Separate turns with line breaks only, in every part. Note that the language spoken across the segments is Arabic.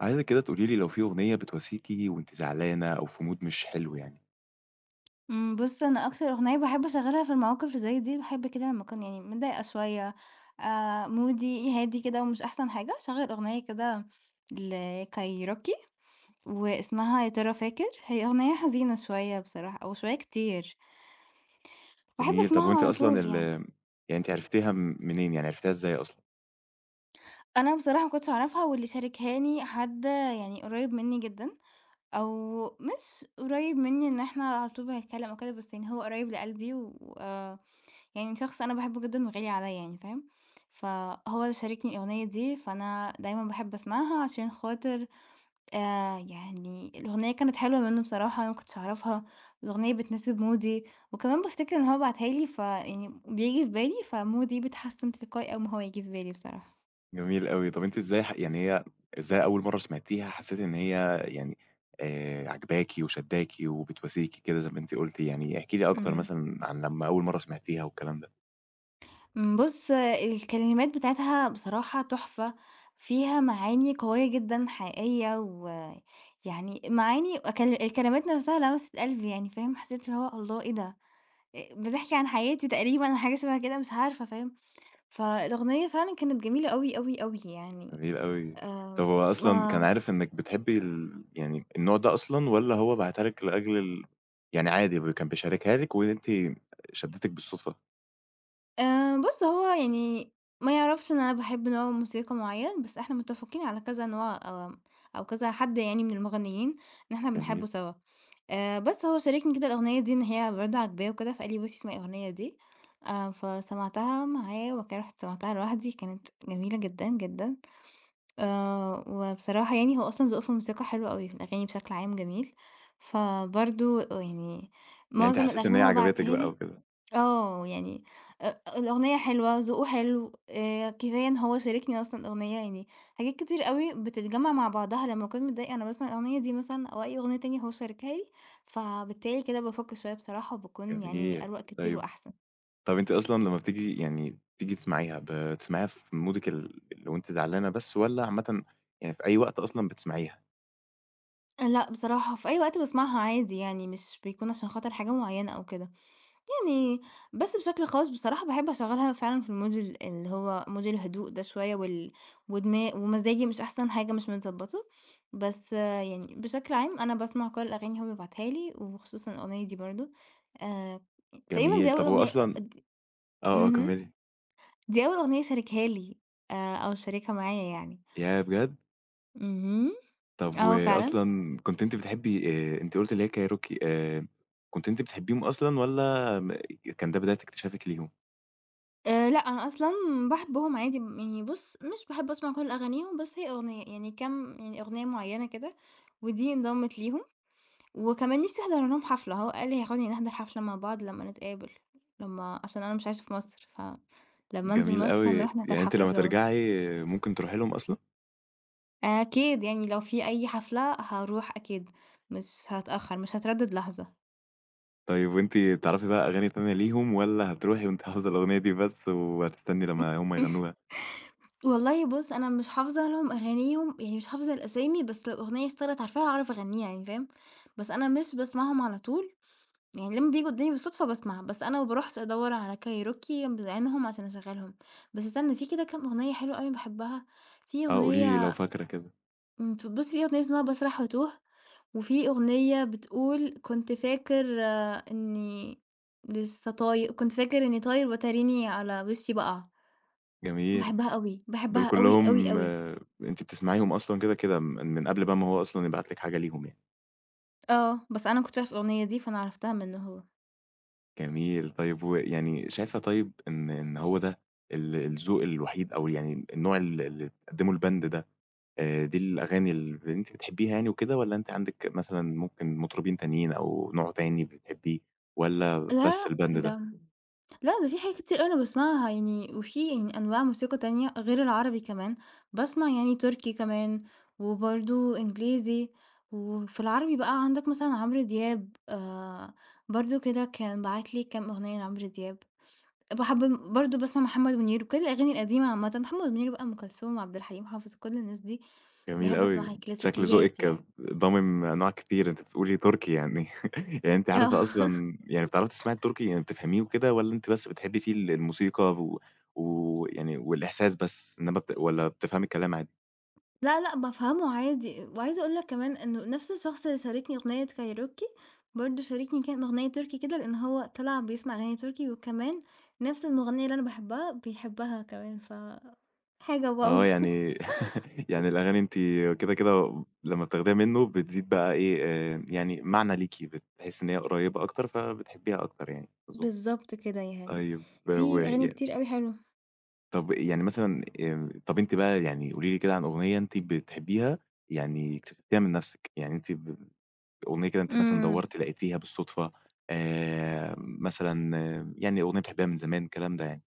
عايزِك كده تقولي لي لو في أغنية بتواسيكِ وأنتِ زعلانة أو في mood مش حلو يعني؟
بُص أنا أكتر أغنية باحب أشغّلها في المواقف اللي زي دي، باحب كده لمّا أكون يعني متضايقة شوية، مودي هادي كده ومش أحسن حاجة، أشغّل أغنية كده لكايروكي واسمها يا ترى فاكر، هي أغنية حزينة شوية بصراحة أو شوية كتير، باحب
جميل، طب
أسمعها
وأنتِ
على
أصلًا
طول يعني.
يعني أنتِ عرفتيها منين، يعني عرفتيها إزاي أصلًا؟
أنا بصراحة ما كنتش أعرفها واللي شاركهاني حد يعني قريب مني جدًا، أو مش قريب مني إن إحنا على طول بنتكلم أو كده، بس يعني هو قريب لقلبي و آه، يعني شخص أنا باحبه جدًا وغالي عليَّ يعني فاهم، فهو اللي شاركني الأغنية دي، فأنا دايمًا باحب أسمعها عشان خاطر يعني الأغنية كانت حلوة منه بصراحة، أنا ما كنتش أعرفها، الأغنية بتناسب مودي، وكمان بافتكر إن هو بعتها لي، فيعني بييجي في بالي فمودي بيتحسن تلقائي أول ما هو ييجي في بالي بصراحة.
جميل أوي. طب أنتِ إزاي ح يعني هي إزاي أول مرّة سمعتيها حسّيتِ إن هي يعني عاجباكِ وشدّاكِ وبتواسيكِ كده زي ما أنتِ قُلتِ، يعني احكي لي أكتر
إمم.
مثلًا عن لمّا أول مرّة سمعتيها والكلام ده.
بُص الكلمات بتاعتها بصراحة تحفة، فيها معاني قوية جدًا حقيقية، ويعني معاني كل الكلمات نفسها لمست قلبي يعني فاهم، حسيت اللي هو الله إيه ده! بتحكي عن حياتي تقريبًا أو حاجة شبه كده مش عارفة فاهم، فالأغنية فعلًا كانت جميلة أوي، أوي، أوي يعني.
جميل أوي.
آآ
طب هو أصلًا كان
ما
عارف إنِّك بتحبّي يعني النوع ده أصلًا والّا هو باعتها لِك لأجل يعني عادي كان بيشاركها لِك وأنتِ شدِّتِك بالصدفة؟
بُص، هو يعني ما يعرفش إن أنا باحب نوع موسيقى معيّن، بس إحنا متّفقين على كذا نوع أو كذا حد يعني من المغنيين إن إحنا
جميل.
بنحبه سوا. بس هو شاركني كده الأغنية دي إن هي برضه عاجباه وكده، فقال لي: "بُصي اسمعي الأغنية دي." فسمعتها معاه، وبعد كده رُحت سمعتها لوحدي، كانت جميلة جدًا، جدًا. وبصراحة يعني هو أصلًا ذوقه في الموسيقى حلو أوي، في الأغاني بشكل عام جميل، فبرضه يعني
يعني أنتِ
معظم
حسّيتِ إن هي
الأغاني هو
عجبتِك
بعتها
بقى
لي.
وكده.
يعني الأغنية حلوة، ذوقه حلو، كفاية إن هو شاركني أصلًا الأغنية، يعني حاجات كتير أوي بتتجمّع مع بعضها، لمّا باكون متضايقة أنا باسمع الأغنية دي مثلًا أو أي أغنية تانية هو شاركها لي، فبالتالي كده بافُك شوية بصراحة وباكون يعني
جميل.
أروَق كتير
طيب
وأحسن.
طب أنتِ أصلًا لمّا بتيجي يعني تيجي تسمعيها، بتسمعيها في مودِك اللي وأنتِ زعلانة بس والّا عامةً يعني في أي وقت أصلًا بتسمعيها؟
لأ، بصراحة في أي وقت باسمعها عادي يعني، مش بيكون عشان خاطر حاجة معيّنة أو كده. يعني بس بشكل خاص بصراحة باحب أشغّلها فعلًا في المود اللي هو مود الهدوء ده شوية ودما ومزاجي مش أحسن حاجة مش متضبّطة، بس آه، يعني بشكل عام أنا باسمع كل الأغاني اللي هو بيبعتها لي وخصوصًا الأغنية دي برضه. آآ، تقريبًا
جميل،
دي أول
طب هو
أغنية
أصلًا
أ
آه، آه
اهم،
كمّلي.
دي أول أغنية شاركها لي، أو شاركها معايا يعني.
ياه بجد!
اهم،
طب
آه فعلًا.
وأصلًا كنتِ أنتِ بتحبي أنتِ قُلتِ اللي هي كايروكي كنتِ أنتِ بتحبيهم أصلًا والّا كان ده بداية اكتشافِك ليهم؟
لأ، أنا أصلًا باحبهم عادي يعني بُص، مش باحب أسمع كل أغانيهم، بس هي أغنية، يعني كام يعني أغنية معيّنة كده، ودي انضمت ليهم، وكمان نِفْسي أحضر لهم حفلة، هو قال لي هياخدني نحضر حفلة مع بعض لمّا نتقابل، لمّا عشان أنا مش عايشة في مصر، فلمّا أنزل
جميل
مصر
أوي،
هنروح نحضر
يعني أنتِ
حفلة
لمّا
سوا.
ترجعي ممكن تروحي لهم أصلًا؟
أكيد يعني لو في أي حفلة هاروح أكيد، مش هاتأخّر، مش هاتردد لحظة.
طيب وأنتِ تعرفي بقى أغاني تانية ليهم والّا هتروحي وأنتِ حافظة الأغنية دي بس وهتستني لمّا هُم يغنوها؟
والله بُص، أنا مش حافظة لهم أغانيهم، يعني مش حافظة الأسامي، بس لو أغنية اشتغلت عارفاها هاعرف أغنيها يعني فاهم، بس أنا مش باسمعهم على طول، يعني لمّا بييجوا قدّامي بالصدفة باسمع، بس أنا ما باروحش أدوّر على كايروكي بعينهم عشان أشغّلهم، بس استنى في كده كام أغنية حلوة أوي باحبها، في
آه قولي لي لو
أغنية.
فاكرة كده.
ف بُص في أغنية اسمها باسرح واتوه، وفي أغنية بتقول كنت فاكر آه، إني لسه طاي كنت فاكر إني طاير وتريني على وشي بقع،
جميل.
باحبها أوي،
دول
باحبها أوي، أوي،
كلّهم
أوي.
آه، أنتِ بتسمعيهم أصلًا كده من قبل بقى ما هو أصلًا يبعت لِك حاجة ليهم يعني.
آه، بس أنا ما كنتش أعرف الأغنية دي، فأنا عرفتها منّه هو.
جميل. طيب ويعني شايفة طيب إن هو ده الذوق الوحيد أو يعني النوع اللي بتقدّمه الband ده، دي الأغاني اللي أنتِ بتحبّيها يعني وكده والّا أنتِ عندِك مثلًا ممكن مطربين تانيين أو نوع تاني بتحبّيه والّا
لا،
بس
لأ،
الband
ده
ده؟
إمم. لا ده في حاجات كتير أوي أنا باسمعها يعني، وفي يعني أنواع موسيقى تانية غير العربي كمان، باسمع يعني تركي كمان، وبرضه إنجليزي، وفي العربي بقى عندك مثلًا عمرو دياب، برضه كده كان باعت لي كام أغنية لعمرو دياب. باحب برضه باسمع محمد منير وكل الأغاني القديمة عامةً، محمد منير بقى، أم كلثوم، عبد الحليم حافظ، كل الناس دي
جميل
باحب
أوي،
أسمعها،
شكل
الكلاسيكيات
ذوقِك
يعني.
ضامم أنواع كتير، أنتِ بتقولي تركي يعني يعني أنتِ عارفة
آه.
أصلًا يعني بتعرفي تسمعي التركي، يعني بتفهميه وكده والّا أنتِ بس بتحبي فيه الموسيقى ويعني والإحساس بس، إنما والّا بتفهمي الكلام عادي؟
لا، لأ، بافهمه عادي، وعايزة أقول لك كمان إنه نفْس الشخص اللي شاركني أغنية كايروكي، برضه شاركني كام أغنية تركي كده، لإن هو طلع بيسمع أغاني تركي، وكمان نفْس المغنية اللي أنا باحبها بيحبها كمان، حاجة واو.
آه، يعني يعني الأغاني أنتِ كده لمّا بتاخديها منه بتزيد بقى إيه، يعني معنى ليكِ، بتحسّي إن هي قريّبة أكتر فبتحبيها أكتر يعني أظن.
بالضبط كده يعني،
طيب و
في أغاني كتير أوي حلوة.
طب يعني مثلًا طب أنتِ بقى يعني قولي لي كده عن أغنية أنتِ بتحبيها يعني اكتشفتيها من نفسِك، يعني أنتِ أغنية كده أنتِ مثلًا
إمم.
دوّرتِ لقيتيها بالصدفة، مثلًا آه، يعني أغنية بتحبيها من زمان الكلام ده يعني،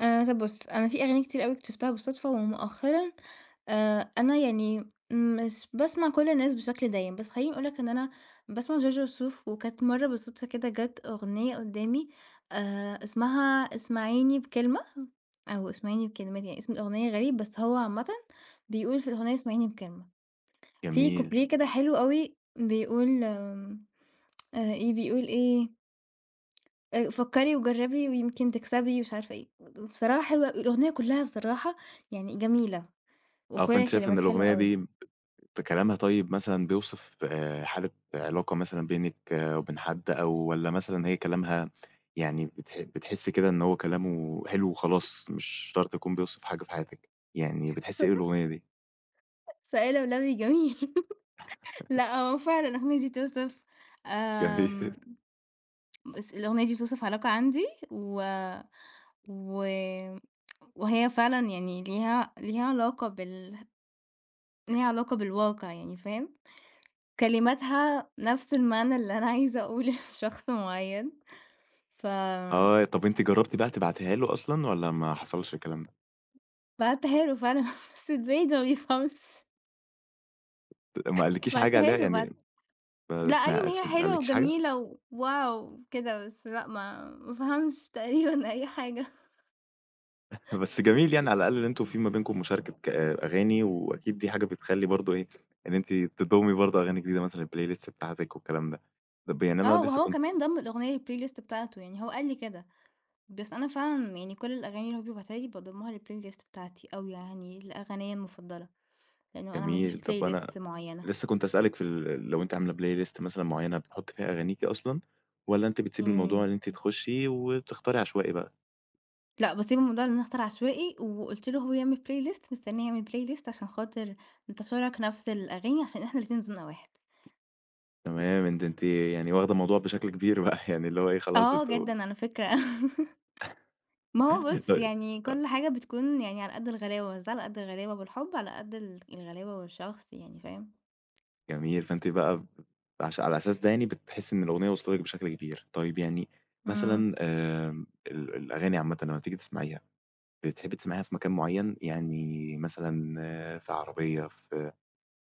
طَب بُص، أنا في أغاني كتير أوي اكتشفتها بالصدفة ومؤخرًا. أنا يعني مش باسمع كل الناس بشكل دايم، بس خلّيني أقول لك إن أنا باسمع جورج وسوف، وكانت مرّة بالصدفة كده جات أغنية قدّامي اسمها اسمعيني بكلمة أو اسمعيني بكلمات يعني اسم الأغنية غريب، بس هو عامةً بيقول في الأغنية اسمعيني بكلمة، في
جميل،
كوبليه كده حلو أوي بيقول آمم إيه بيقول إيه فكّري وجرّبي ويمكن تكسبي ومش عارفة إيه، بصراحة حلوة أوي، الأغنية كلّها بصراحة يعني جميلة،
آه،
وكل
فأنتِ شايفة إن
الكلمات حلوة
الأغنية
أوي.
دي كلامها طيب مثلًا بيوصف حالة علاقة مثلًا بينِك آه، وبين حد أو والّا مثلًا هي كلامها يعني بتحسّي كده إن هو كلامه حلو وخلاص مش شرط يكون بيوصف حاجة في حياتِك، يعني
س
بتحسّي إيه بالأغنية دي؟
سائل أولبي جميل. لأ هو فعلًا الأغنية دي بتوصف
جميل.
آمم، بس الأغنية دي بتوصف علاقة عندي و و وهي فعلًا يعني ليها ليها علاقة ليها علاقة بالواقع يعني فاهم، كلماتها نفس المعنى اللي أنا عايزة أقوله لشخص معيّن. ف
آه، طب أنتِ جرّبتِ بقى تبعتيها له أصلًا والّا ما حصلش الكلام ده؟
بعتّها له فعلًا. بس إزاي ده ما بيفهمش
ما قالكيش حاجة عليها
بعتّها له
يعني ما
لأ، قال لي إن
سمع س
هي
ما
حلوة
قالكيش حاجة؟
وجميلة وواو كده، بس لأ ما فهمش تقريبا أي حاجة.
بس جميل يعني على الأقل إن أنتم في ما بينكم مشاركة أغاني، وأكيد دي حاجة بتخلّي برضه إيه، إن أنتِ تضمّي برضه أغاني جديدة مثلًا الplay list بتاعتِك والكلام ده. طب يعني أنا
آه،
لسه
وهو
كنت
كمان ضَم الأغنية للplaylist بتاعته، يعني هو قال لي كده، بس أنا فعلًا يعني كل الأغاني اللي هو بيبعتها لي باضمّها للplaylist بتاعتي أو يعني الأغنية المفضلة، لإنه أنا ما عنديش
جميل، طب أنا
playlist معيّنة.
لسه كنت هاسألِك في لو أنتِ عاملة play list مثلًا معيّنة بتحطّي فيها أغانيكِ أصلًا، والّا أنتِ بتسيبي الموضوع إن
إمم.
أنتِ تخشّي وتختاري عشوائي بقى؟
لأ، باسيب الموضوع إن أنا أختار عشوائي وقُلت له هو يعمل playlist مستنية يعمل playlist عشان خاطر نتشارك نفس الأغاني عشان إحنا الاتنين ذوقنا واحد.
تمام، أنتِ يعني واخدة الموضوع بشكل كبير بقى، يعني اللي هو إيه خلاص
آه
أنتم
جدًا على فكرة. ما هو
ط
بُص، يعني
أ
كل حاجة بتكون يعني على قد الغلاوة، بس ده على قد الغلاوة بالحب، على قد الغلاوة بالشخص يعني فاهم؟
جميل، فأنتِ بقى ب عش على الأساس ده يعني بتحسّي إن الأغنية وصلت لِك بشكل كبير. طيب يعني
إمم.
مثلًا الأغاني عامةً لمّا بتيجي تسمعيها، بتحبّي تسمعيها في مكان معيّن؟ يعني مثلًا آه، في عربية، في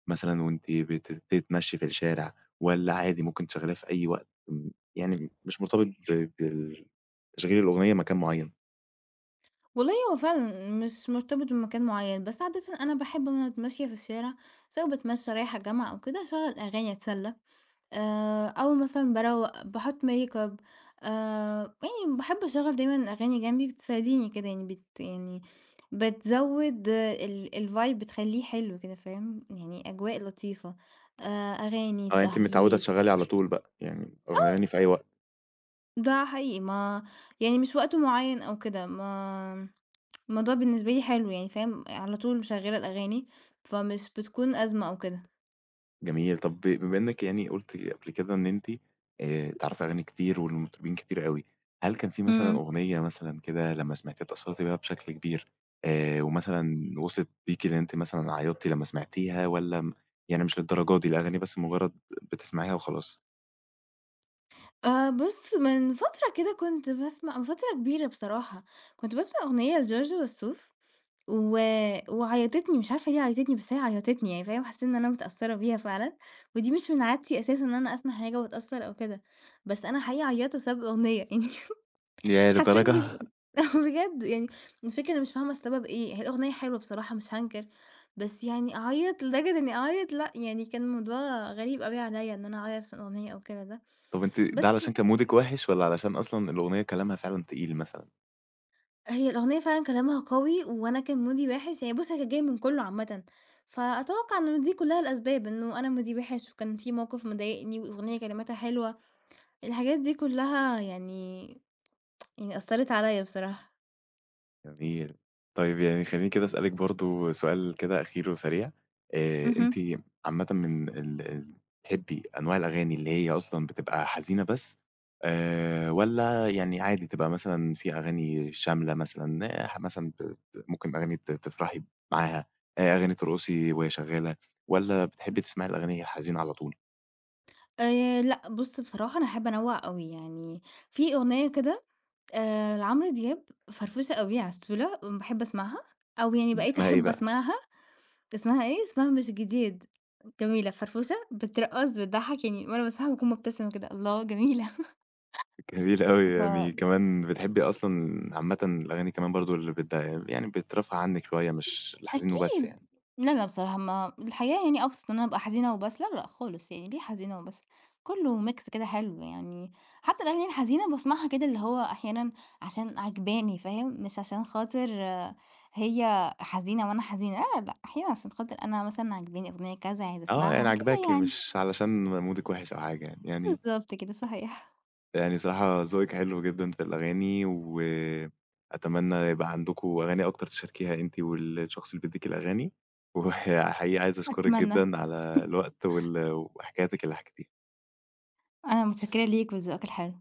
مثلًا وأنتِ بتتمشّي في الشارع والّا عادي ممكن تشغّليها في أي وقت يعني مش مرتبط بال تشغيل الأغنية مكان معيّن؟
والله هو فعلًا مش مرتبط بمكان معيّن، بس عادةً أنا باحب وأنا ماشية في الشارع سواء باتمشى رايحة الجامعة أو كده أشغّل أغاني أتسلّى، أو مثلًا باروّق، باحُط makeup. يعني باحب أشغّل دايمًا أغاني جنبي بتساعديني كده يعني يعني بتزوّد الvibe بتخلّيه حلو كده فاهم، يعني أجواء لطيفة، أغاني،
آه، يعني أنتِ متعوّدة
تهييص،
تشغّلي على طول بقى، يعني
آه،
أغاني في أي وقت.
ده حقيقي ما يعني مش وقت معيّن أو كده. ما الموضوع بالنسبة لي حلو يعني فاهم، على طول مشغّلة الأغاني، فمش بتكون أزمة أو كده.
جميل. طب بما إنِّك يعني قُلتِ قبل كده إن أنتِ تعرفي أغاني كتير والمطربين كتير أوي، هل كان في مثلًا
إمم.
أغنية مثلًا كده لمّا سمعتيها اتأثّرتِ بيها بشكل كبير ومثلًا وصلت بيكِ إن أنتِ مثلًا عيّطتِ لمّا سمعتيها والّا يعني مش للدرجة دي، الأغاني بس مجرّد بتسمعيها وخلاص؟
بُص، من فترة كده كنت باسمع من فترة كبيرة بصراحة، كنت باسمع أغنية لجورج وسوف و وعيّطتني، مش عارفة ليه عيّطتني، بس هي عيّطتني يعني فاهم، حسّيت إن أنا متأثّرة بيها فعلًا، ودي مش من عادتي أساسًا إن أنا أسمع حاجة وأتأثّر أو كده، بس أنا حقيقي عيّطت بسبب أغنية يعني.
ياه
حسيت
للدرجة!
بال. بجد يعني الفكرة أنا مش فاهمة السبب إيه، هي الأغنية حلوة بصراحة مش هانكر، بس يعني أعيّط لدرجة إني أعيّط لأ، يعني كان الموضوع غريب أوي عليّا إن أنا أعيّط عشان أغنية أو كده ده،
طب أنتِ ده
بس
علشان كان مودِك وِحِش والّا علشان أصلًا الأغنية كلامها فعلًا تقيل مثلًا؟
هي الأغنية فعلًا كلامها قوي وأنا كان مودي وِحِش، يعني بُص هي كانت جاية من كُلّه عامةً، فأتوقع إن دي كلّها الأسباب، إنه أنا مودي وِحِش وكان في موقِف مضايقني والأغنية كلماتها حلوة، الحاجات دي كلّها يعني أثّرت عليّا بصراحة.
جميل. طيب يعني خلّيني كده أسألِك برضه سؤال كده أخير وسريع، أنتِ
اهم.
عامةً من ال ال بتحبي أنواع الأغاني اللي هي أصلًا بتبقى حزينة بس والّا يعني عادي تبقى مثلًا في أغاني شاملة مثلًا، مثلًا ممكن أغاني تفرحي معاها، أغاني ترقصي وهي شغالة، والّا بتحبي تسمعي الأغاني الحزينة على طول؟
لأ، بُص بصراحة أنا أحب أنوّع أوي، يعني في أغنية كده لعمرو دياب فرفوشة أوي، عسولة، باحب أسمعها أو يعني بقيت
بتسمعي إيه
أحب
بقى؟
أسمعها، اسمها إيه، اسمها مش جديد، جميلة، فرفوشة، بترقّص، بتضحّك، يعني وأنا باسمعها باكون مبتسمة كده، الله جميلة.
جميل أوي، يعني كمان بتحبّي أصلًا عامةً الأغاني كمان برضه اللي يعني بترفّه عنِّك شوية مش الحزين وبس
أكيد.
يعني.
لا، لا بصراحة ما الحياة يعني أبسط إن أنا أبقى حزينة وبس، لا، لأ خالص يعني، ليه حزينة وبس؟ كُلّه mix كده حلو يعني، حتى الأغاني الحزينة باسمعها كده اللي هو أحيانًا عشان عاجباني فاهم، مش عشان خاطر آه، هي حزينة وأنا حزينة، لا، لأ، أحيانًا عشان خاطر أنا مثلًا عاجباني أغنية كذا عايزة
آه، يعني
أسمعها كده
عاجباكِ
يعني.
مش علشان مودِك وِحِش أو حاجة يعني، يعني
بالضبط كده، صحيح.
يعني صراحة ذوقِك حلو جدًا في الأغاني، وأتمنى يبقى عندكم أغاني أكتر تشاركيها أنتِ والشخص اللي بيدّيكِ الأغاني، وحقيقي عايز أشكرِك
أتمنى.
جدًا على الوقت وحكايتِك اللي حكيتيها.
أنا متشكرة ليك ولذوقك الحلو.